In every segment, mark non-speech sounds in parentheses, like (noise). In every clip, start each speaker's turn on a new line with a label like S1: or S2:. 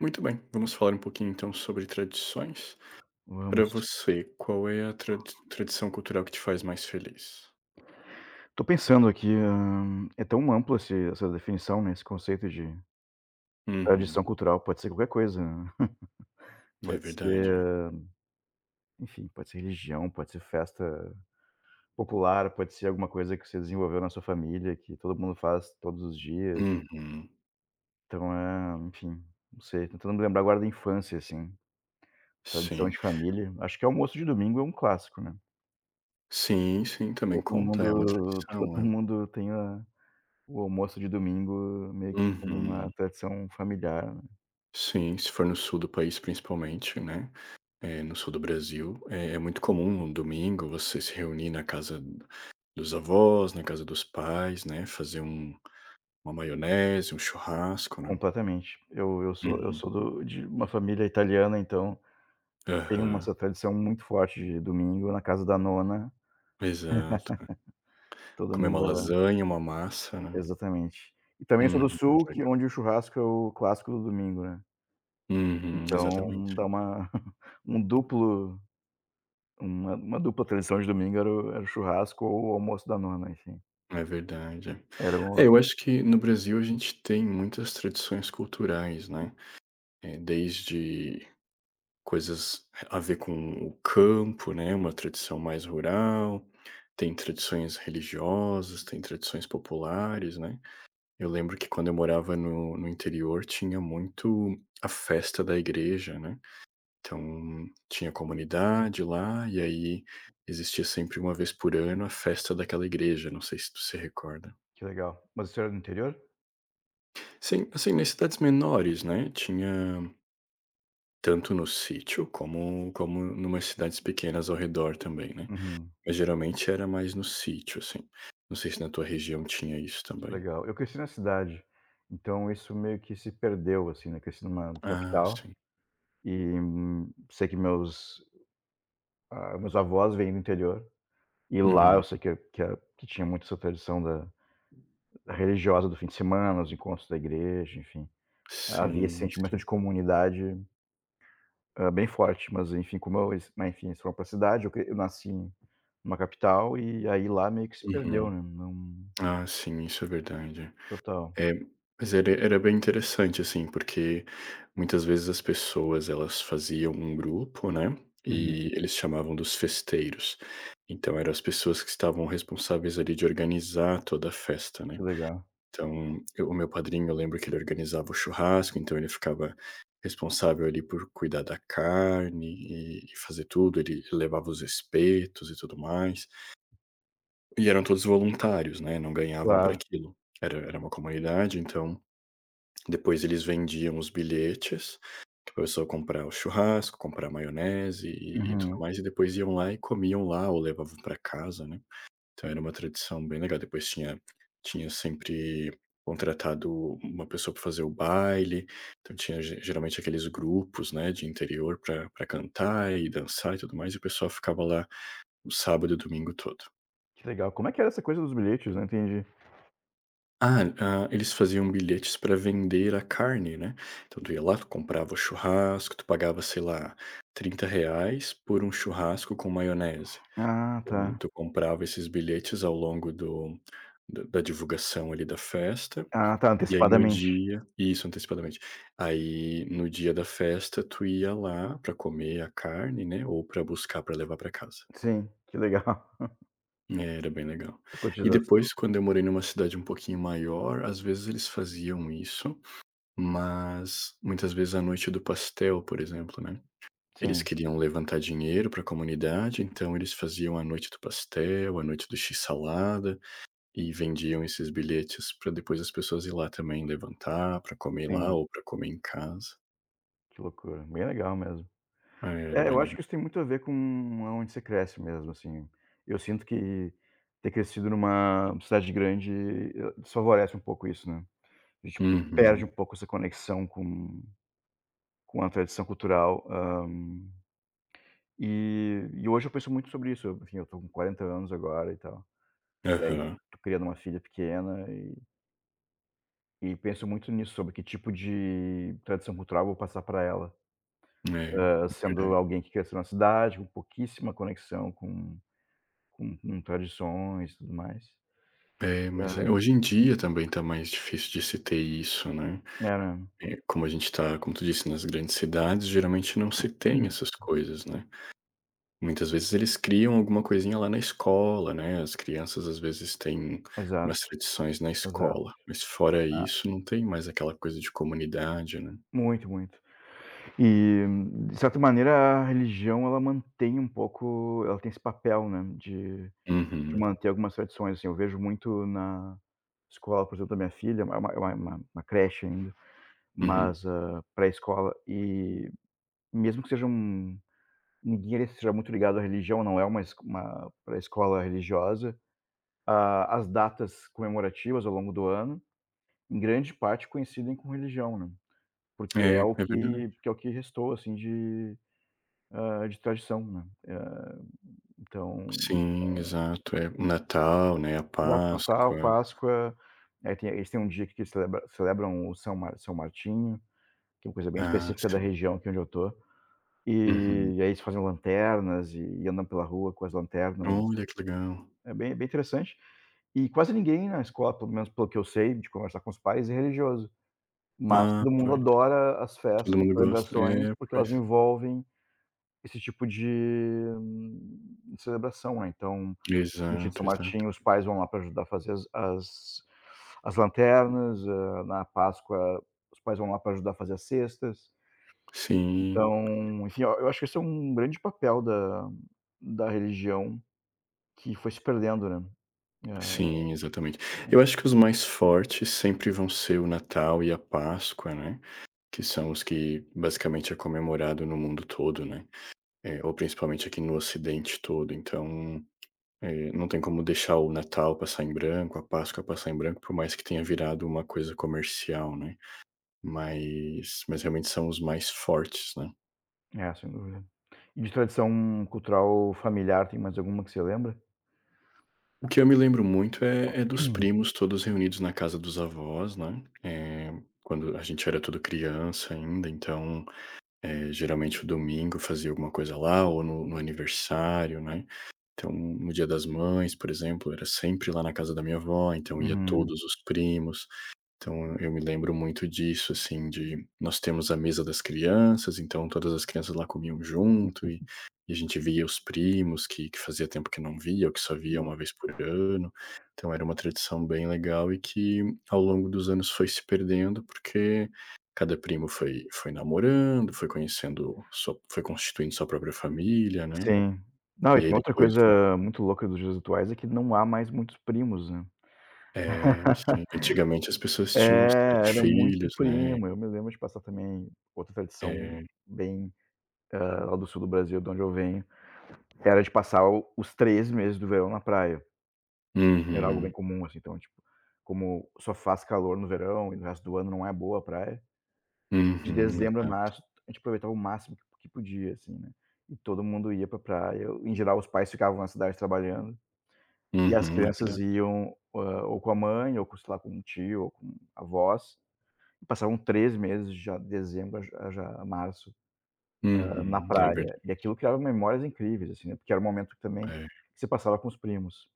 S1: Muito bem, vamos falar um pouquinho então sobre tradições. Para
S2: Vamos.
S1: você, qual é a tradição cultural que te faz mais feliz?
S2: Tô pensando aqui, é tão amplo esse essa definição, né, esse conceito de tradição
S1: Uhum,
S2: cultural, pode ser qualquer coisa, né. (laughs)
S1: é
S2: Pode
S1: verdade.
S2: ser, enfim, pode ser religião, pode ser festa popular, pode ser alguma coisa que você desenvolveu na sua família, que todo mundo faz todos os dias.
S1: Uhum,
S2: Então é, enfim, não sei, tentando me lembrar agora da infância, assim, tradição
S1: sim.
S2: de família. Acho que almoço de domingo é um clássico, né.
S1: Sim, sim, também
S2: Todo
S1: conta,
S2: mundo
S1: é uma
S2: (laughs)
S1: tradição,
S2: todo
S1: é.
S2: mundo tem a O almoço de domingo meio que como uma
S1: Uhum,
S2: tradição familiar, né.
S1: sim, se for no sul do país principalmente, né, no sul do Brasil, é muito comum no domingo você se reunir na casa dos avós, na casa dos pais, né, fazer uma maionese, um churrasco, né.
S2: Completamente. Eu eu sou eu
S1: Uhum,
S2: sou do de uma família italiana, então tem uma
S1: aham.
S2: essa tradição muito forte de domingo na casa da nona,
S1: Exato.
S2: todo
S1: Comer
S2: mundo
S1: uma
S2: vai lá.
S1: lasanha, uma massa, né.
S2: Exatamente. E também sou do
S1: Uhum,
S2: sul, que
S1: legal.
S2: onde o churrasco é o clássico do domingo, né.
S1: Uhum,
S2: Então dá
S1: exatamente.
S2: uma (laughs) um duplo uma dupla tradição de domingo era o churrasco ou o almoço da nona, enfim.
S1: É verdade.
S2: Era o
S1: É, eu acho que no Brasil a gente tem muitas tradições culturais, né, desde coisas a ver com o campo, né, uma tradição mais rural, tem tradições religiosas, tem tradições populares, né. Eu lembro que quando eu morava no interior tinha muito a festa da igreja, né. Então, tinha comunidade lá, e aí existia sempre uma vez por ano a festa daquela igreja, não sei se tu se recorda.
S2: que legal. Mas o senhor é do interior?
S1: Sim, assim, nas cidades menores, né, tinha tanto no sítio como numas cidades pequenas ao redor também, né.
S2: Uhum.
S1: Mas geralmente era mais no sítio, assim. Não sei se na tua região tinha isso também.
S2: Legal. Eu cresci na cidade, então isso meio que se perdeu, assim, né, cresci numa
S1: Ah,
S2: capital
S1: sim.
S2: e sei que meus avós vêm do interior e lá
S1: Uhum.
S2: eu sei que tinha muito essa tradição da religiosa do fim de semana, os encontros da igreja, enfim. Havia esse
S1: Sim,
S2: sentimento
S1: sim.
S2: de comunidade, bem forte, mas enfim, eles foram pra cidade, eu nasci em uma capital e aí lá meio que se perdeu,
S1: Uhum.
S2: né, não
S1: Ah, sim, isso é verdade.
S2: total.
S1: É, mas era bem interessante, assim, porque muitas vezes as pessoas elas faziam um grupo, né,
S2: Uhum.
S1: e eles chamavam dos festeiros. Então eram as pessoas que estavam responsáveis ali de organizar toda a festa, né.
S2: Que legal.
S1: Então, eu o meu padrinho eu lembro que ele organizava o churrasco, então ele ficava responsável ali por cuidar da carne e fazer tudo, ele levava os espetos e tudo mais. E eram todos voluntários, né, não ganhavam para
S2: Claro.
S1: aquilo. Era uma comunidade, então depois eles vendiam os bilhetes, que a pessoa comprar o churrasco, comprar maionese e tudo
S2: Uhum.
S1: mais, e depois iam lá e comiam lá ou levavam para casa, né. Então era uma tradição bem legal. Depois tinha sempre contratado uma pessoa para fazer o baile, então tinha ge geralmente aqueles grupos, né, de interior para cantar e dançar e tudo mais, e o pessoal ficava lá o sábado e o domingo todo.
S2: Que legal. Como é que era essa coisa dos bilhetes? Não entendi.
S1: Ah, eles faziam bilhetes para vender a carne, né. Então tu ia lá, tu comprava o churrasco, tu pagava, sei lá, trinta reais por um churrasco com maionese.
S2: Ah,
S1: Então
S2: tá.
S1: tu comprava esses bilhetes ao longo do da divulgação ali da festa,
S2: Ah, tá,
S1: e aí no
S2: antecipadamente.
S1: dia isso, antecipadamente. Aí no dia da festa tu ia lá para comer a carne, né, ou para buscar para levar para casa.
S2: Sim, que legal. (laughs)
S1: É, era bem legal.
S2: A
S1: E
S2: cotização.
S1: depois quando eu morei numa cidade um pouquinho maior, às vezes eles faziam isso. Mas muitas vezes a noite do pastel, por exemplo, né, eles
S2: Sim,
S1: queriam levantar dinheiro para a comunidade, então eles faziam a noite do pastel, a noite do x-salada e vendiam esses bilhetes para depois as pessoas ir lá também levantar para comer lá
S2: sim.
S1: ou para comer em casa.
S2: Que loucura. Bem legal mesmo.
S1: Ah, era
S2: É,
S1: bem
S2: eu acho
S1: legal.
S2: que isso tem muito a ver com onde você cresce mesmo, assim. Eu sinto que ter crescido numa cidade grande, desfavorece um pouco isso, né. A gente perde um
S1: Uhum.
S2: pouco essa conexão com a tradição cultural, e hoje eu penso muito sobre isso. Enfim, eu tô com 40 anos agora e tal. E aí tô
S1: Aham.
S2: tô criando uma filha pequena e penso muito nisso, sobre que tipo de tradição cultural eu vou passar para ela,
S1: É, é
S2: sendo
S1: verdade.
S2: alguém que cresceu na cidade, com pouquíssima conexão com tradições e tudo mais.
S1: É, mas é hoje em dia também está mais difícil de se ter isso, né.
S2: Era, né.
S1: Como a gente está, como tu disse, nas grandes cidades, geralmente não se tem essas coisas, né. Muitas vezes eles criam alguma coisinha lá na escola, né, as crianças às vezes têm
S2: Exato,
S1: umas tradições na
S2: exato.
S1: escola, mas fora
S2: Ah,
S1: isso não tem mais aquela coisa de comunidade, né.
S2: muito, muito. E, de certa maneira, a religião ela mantém um pouco ela tem esse papel, né, de
S1: Uhum,
S2: manter algumas tradições, assim. Eu vejo muito na escola, por exemplo, da minha filha, é uma creche.
S1: uhum.
S2: Mas, pré-escola e mesmo que seja um ninguém ali seja muito ligado à religião, não é uma pré-escola religiosa, a as datas comemorativas ao longo do ano, em grande parte coincidem com religião, né, porque
S1: É,
S2: é o
S1: é
S2: que
S1: verdade.
S2: porque é o que restou, assim, de tradição, né. Então
S1: Sim, exato, é. O Natal, né, a
S2: exato, Natal,
S1: Páscoa.
S2: Páscoa, aí tem eles têm um dia que celebram o São Martinho, que é uma coisa bem
S1: Ah,
S2: específica da
S1: sim.
S2: região aqui onde eu tô.
S1: Uhum.
S2: E aí eles fazem lanternas e andam pela rua com as lanternas.
S1: Olha, que legal.
S2: É bem interessante. E quase ninguém na escola, pelo menos pelo que eu sei de conversar com os pais, é religioso, mas
S1: Ah,
S2: todo mundo
S1: pois,
S2: adora as
S1: todo
S2: festas, as
S1: mundo gosta.
S2: celebrações,
S1: É,
S2: porque elas
S1: pois.
S2: envolvem esse tipo de celebração, né. Então, no dia de São
S1: Exato, exato.
S2: Martinho, os pais vão lá para ajudar a fazer as lanternas, na Páscoa, os pais vão lá para ajudar a fazer as cestas.
S1: Sim.
S2: Então, enfim, eu acho que esse é um grande papel da religião que foi se perdendo, né.
S1: Sim, exatamente. Eu acho que os mais fortes sempre vão ser o Natal e a Páscoa, né, que são os que basicamente é comemorado no mundo todo, né, ou principalmente aqui no Ocidente todo, então, não tem como deixar o Natal passar em branco, a Páscoa passar em branco, por mais que tenha virado uma coisa comercial, né, mas realmente são os mais fortes, né.
S2: É, é, sem dúvida. E de tradição cultural familiar, tem mais alguma que você lembra?
S1: O que eu me lembro muito é dos
S2: Hum.
S1: primos todos reunidos na casa dos avós, né, quando a gente era tudo criança ainda, então geralmente o domingo eu fazia alguma coisa lá ou no aniversário, né. Então, no Dia das Mães, por exemplo, era sempre lá na casa da minha avó, então ia
S2: Uhum.
S1: todos os primos. Então eu me lembro muito disso, assim, de nós temos a mesa das crianças, então todas as crianças lá comiam junto e a gente via os primos que fazia tempo que não via ou que só via uma vez por ano. Então era uma tradição bem legal e que ao longo dos anos foi se perdendo, porque cada primo foi namorando, foi conhecendo sua foi constituindo sua própria família, né.
S2: Sim. Não, e
S1: E aí
S2: tem outra
S1: depois
S2: coisa muito louca dos dias atuais, é que não há mais muitos primos, né.
S1: é, sim. Antigamente as pessoas
S2: É,
S1: tinham 7
S2: era muito
S1: filhos, né.
S2: primo. Eu me lembro de passar também outra tradição
S1: É.
S2: bem, lá do sul do Brasil, de onde eu venho, era de passar o os 3 meses do verão na praia. Era algo bem
S1: Uhum.
S2: comum, assim, então, tipo, como só faz calor no verão e no resto do ano não é boa a praia, de
S1: Uhum,
S2: dezembro a
S1: exato.
S2: março a gente aproveitava o máximo que podia, assim, né. E todo mundo ia pra praia, em geral os pais ficavam na cidade trabalhando, e as
S1: Uhum, é
S2: crianças
S1: verdade.
S2: iam, ou com a mãe ou com, sei lá, com um tio ou com avós, e passavam 3 meses já de dezembro a março, na
S1: Uhum, é
S2: praia.
S1: verdade.
S2: E aquilo criava memórias incríveis, assim, né, porque era um momento que também
S1: É.
S2: que você passava com os primos.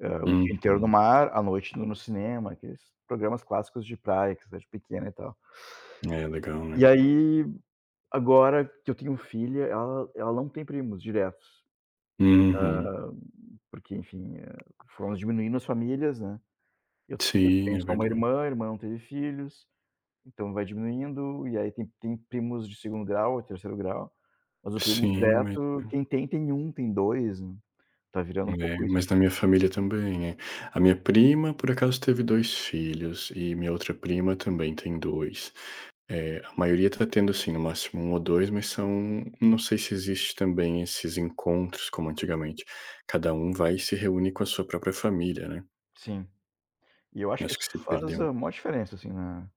S2: O dia inteiro no
S1: Uhum.
S2: mar, à noite no cinema, aqueles programas clássicos de praia que cidade pequena e tal.
S1: É legal,
S2: E
S1: né.
S2: aí, agora que eu tenho filha, ela não tem primos diretos,
S1: Uhum.
S2: porque enfim, foram diminuindo as famílias, né. Eu
S1: Sim,
S2: tenho
S1: é
S2: só uma
S1: verdade.
S2: irmã, a irmã não teve filhos, então vai diminuindo, e aí tem primos de segundo grau, terceiro grau, mas o primo
S1: Sim, mas
S2: direto, quem tem, tem um, tem 2. Né? Tá virando um
S1: é,
S2: pouco isso.
S1: mas na minha família também, é. A minha prima, por acaso, teve 2 filhos e minha outra prima também tem dois. É a maioria tá tendo, assim, no máximo um ou dois, mas são, não sei se existe também esses encontros como antigamente. Cada um vai e se reúne com a sua própria família, né.
S2: Sim. E eu acho que
S1: Acho que
S2: isso
S1: se perdeu
S2: faz
S1: um
S2: a maior
S1: pouco.
S2: diferença, assim, na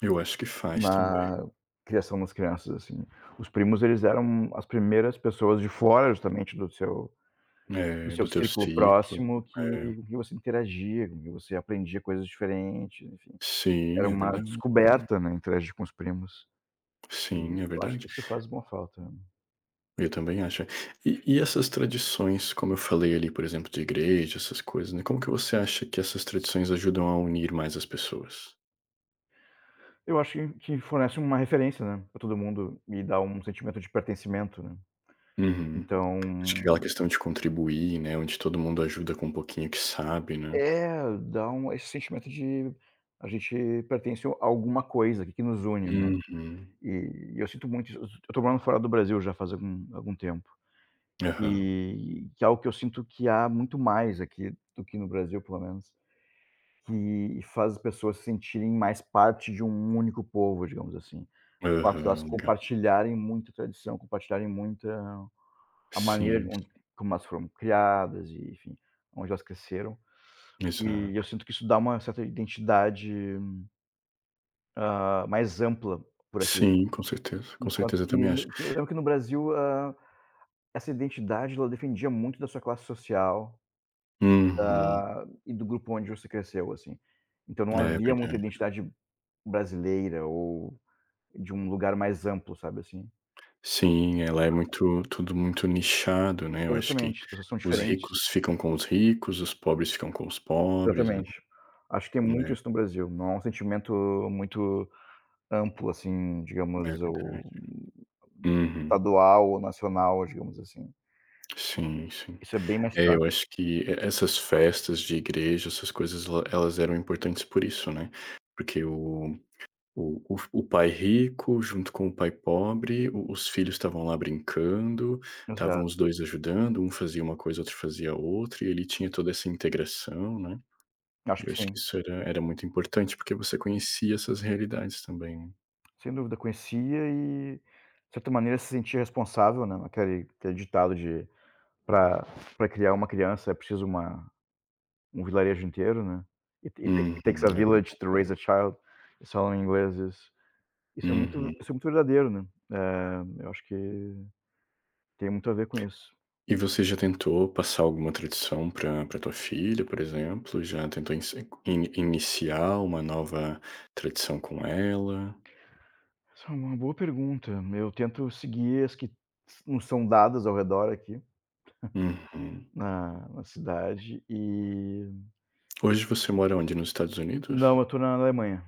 S1: Eu acho que faz também.
S2: na criação das crianças, assim. Os primos, eles eram as primeiras pessoas de fora, justamente do seu do
S1: É,
S2: seu
S1: do teu
S2: círculo
S1: ciclo,
S2: próximo que
S1: é.
S2: com quem você interagia, com quem você aprendia coisas diferentes, enfim.
S1: Sim,
S2: Era
S1: é
S2: uma
S1: verdade, é verdade.
S2: descoberta, né, interagir com os primos. E
S1: Sim, é
S2: eu acho
S1: verdade.
S2: que isso faz uma falta.
S1: Eu também acho. E essas tradições, como eu falei ali, por exemplo, de igreja, essas coisas, né, como que você acha que essas tradições ajudam a unir mais as pessoas?
S2: Eu acho que fornece uma referência, né, pra todo mundo e dá um sentimento de pertencimento, né.
S1: Uhum. Acho que
S2: Então
S1: aquela questão de contribuir, né, onde todo mundo ajuda com um pouquinho que sabe, né.
S2: é, dá esse sentimento de a gente pertence a alguma coisa, que nos une, né.
S1: Uhum.
S2: E eu sinto muito isso. Eu estou morando fora do Brasil já faz algum tempo.
S1: Aham.
S2: E que é algo que eu sinto que há muito mais aqui do que no Brasil, pelo menos, que faz as pessoas se sentirem mais parte de um único povo, digamos assim. O fato de elas
S1: Aham, legal.
S2: compartilharem muita tradição, compartilharem muita a maneira
S1: Sim,
S2: onde como elas foram criadas e, enfim, onde elas cresceram. E
S1: exato.
S2: eu sinto que isso dá uma certa identidade, mais ampla por aqui.
S1: Sim, com
S2: Enquanto
S1: certeza, eu
S2: que
S1: também acho.
S2: no que eu lembro que no Brasil, essa identidade ela defendia muito da sua classe social
S1: Uhum.
S2: e do grupo onde você cresceu, assim. Então não
S1: É
S2: havia muita
S1: verdade.
S2: identidade brasileira ou de um lugar mais amplo, sabe, assim.
S1: Sim, ela é muito tudo muito nichado, né, eu acho que
S2: Exatamente, as pessoas são
S1: os
S2: diferentes.
S1: ricos ficam com os ricos, os pobres ficam com os pobres, né.
S2: Exatamente. Acho que tem muito
S1: É,
S2: isso no Brasil, não é um sentimento muito amplo, assim,
S1: é
S2: digamos,
S1: verdade.
S2: ou
S1: Uhum.
S2: estadual ou nacional, digamos assim.
S1: Sim, sim.
S2: Isso é bem mais
S1: É, eu
S2: fraco.
S1: acho que e essas festas de igreja, essas coisas, ela elas eram importantes por isso, né, porque o o pai rico junto com o pai pobre, o os filhos estavam lá brincando, estavam
S2: Exato.
S1: os 2 ajudando, um fazia uma coisa, outro fazia outra, e ele tinha toda essa integração, né.
S2: Acho
S1: Eu
S2: que
S1: acho que
S2: sim,
S1: isso era muito importante, porque você conhecia essas realidades também, né.
S2: sem dúvida. Conhecia e, de certa maneira, se sentia responsável, né, aquele ditado de para para criar uma criança é preciso uma um vilarejo inteiro, né. "It it take
S1: Uhum,
S2: it takes a
S1: é
S2: village to raise
S1: verdade.
S2: a child", eles falam em inglês isso. Isso é muito
S1: Uhum.
S2: isso é muito verdadeiro, né. Eu acho que tem muito a ver com isso.
S1: E você já tentou passar alguma tradição para tua filha, por exemplo? Já tentou inse ini iniciar uma nova tradição com ela?
S2: Essa é uma boa pergunta. Eu tento seguir as que s nos são dadas ao redor aqui,
S1: Uhum.
S2: na cidade e
S1: Hoje você mora onde? Nos Estados Unidos?
S2: não, eu tô na Alemanha.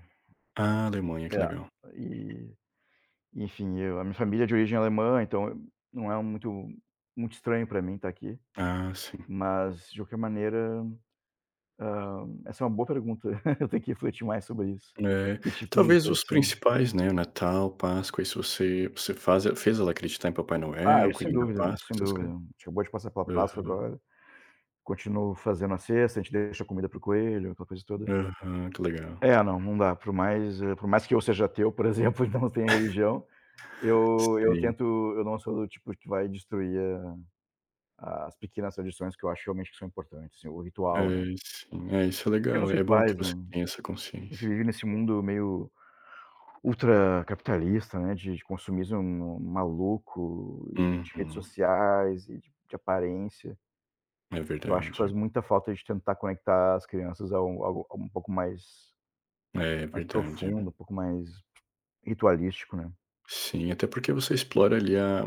S1: Ah, Alemanha, que
S2: É.
S1: legal.
S2: E, enfim, eu a minha família é de origem alemã, então não é muito muito estranho para mim estar aqui.
S1: Ah, sim.
S2: Mas, de qualquer maneira, essa é uma boa pergunta. (laughs) Eu tenho que refletir mais sobre isso.
S1: É,
S2: Que tipo de
S1: talvez os
S2: tradição?
S1: principais, né, Natal, Páscoa, isso você faz fez ela acreditar em Papai
S2: Ah,
S1: Noel,
S2: isso sem
S1: Coelhinho da
S2: dúvida, isso
S1: Páscoa,
S2: sem
S1: essas
S2: dúvida. A gente acabou de passar pela Páscoa
S1: coisas?
S2: agora, continuo fazendo a cesta, a gente deixa a comida para o coelho, aquela coisa toda.
S1: Aham, que legal.
S2: É, não, não dá, por mais, por mais que eu seja ateu, por exemplo, (laughs) e não tenha religião, eu eu
S1: Sim,
S2: tento eu não sou do tipo que vai destruir a as pequenas tradições que eu acho realmente que são importantes, assim, o
S1: é,
S2: ritual, né.
S1: sim. É, isso é legal,
S2: Pequenos
S1: é bom que
S2: rituais,
S1: você
S2: né.
S1: tenha essa
S2: A gente
S1: consciência.
S2: vive nesse mundo meio ultracapitalista, né, de consumismo maluco, e de redes
S1: Uhum,
S2: sociais e de aparência.
S1: é
S2: Eu acho que
S1: verdade.
S2: faz muita falta de tentar conectar as crianças a algo um pouco mais
S1: É
S2: mais
S1: verdade.
S2: profundo, um pouco mais ritualístico, né,
S1: Sim, até porque você explora ali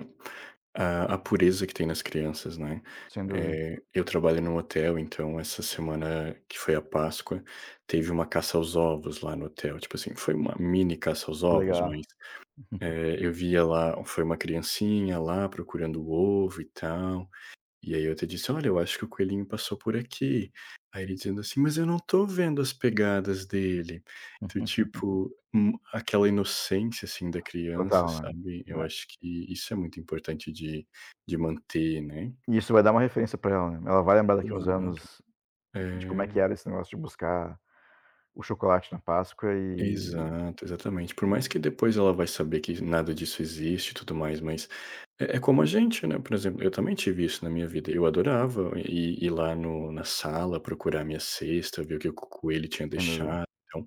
S1: a pureza que tem nas crianças, né.
S2: sem dúvida.
S1: Eu trabalho num hotel, então essa semana que foi a Páscoa, teve uma caça aos ovos lá no hotel, tipo assim, foi uma mini caça aos
S2: Que
S1: ovos,
S2: legal.
S1: mas, eu via lá foi uma criancinha lá procurando o ovo e tal. E aí eu até disse: "Olha, eu acho que o coelhinho passou por aqui". Aí ele dizendo assim: "Mas eu não tô vendo as pegadas dele". Então,
S2: (laughs)
S1: tipo, aquela inocência, assim, da criança,
S2: Total, né.
S1: sabe, eu
S2: Né.
S1: acho que isso é muito importante de manter, né.
S2: E isso vai dar uma referência para ela, né. Ela vai lembrar daqui uns
S1: Claro.
S2: anos de como é que
S1: É.
S2: era esse negócio de buscar o chocolate na Páscoa e
S1: Exato, exatamente. Por mais que depois ela vai saber que nada disso existe e tudo mais, mas é, é como a gente, né? Por exemplo, eu também tive isso na minha vida. Eu adorava ir lá no, na sala procurar minha cesta, ver o que o coelho tinha
S2: sem dúvida.
S1: deixado. Então,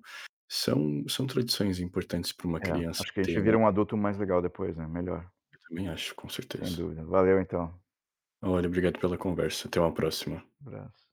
S1: são tradições importantes para uma
S2: É,
S1: criança
S2: acho que a gente
S1: ter, né?
S2: vira um adulto mais legal depois, né, melhor.
S1: Eu também acho, com
S2: Sem
S1: certeza.
S2: dúvida. Valeu então.
S1: Olha, obrigado pela conversa. Até uma próxima.
S2: Abraço.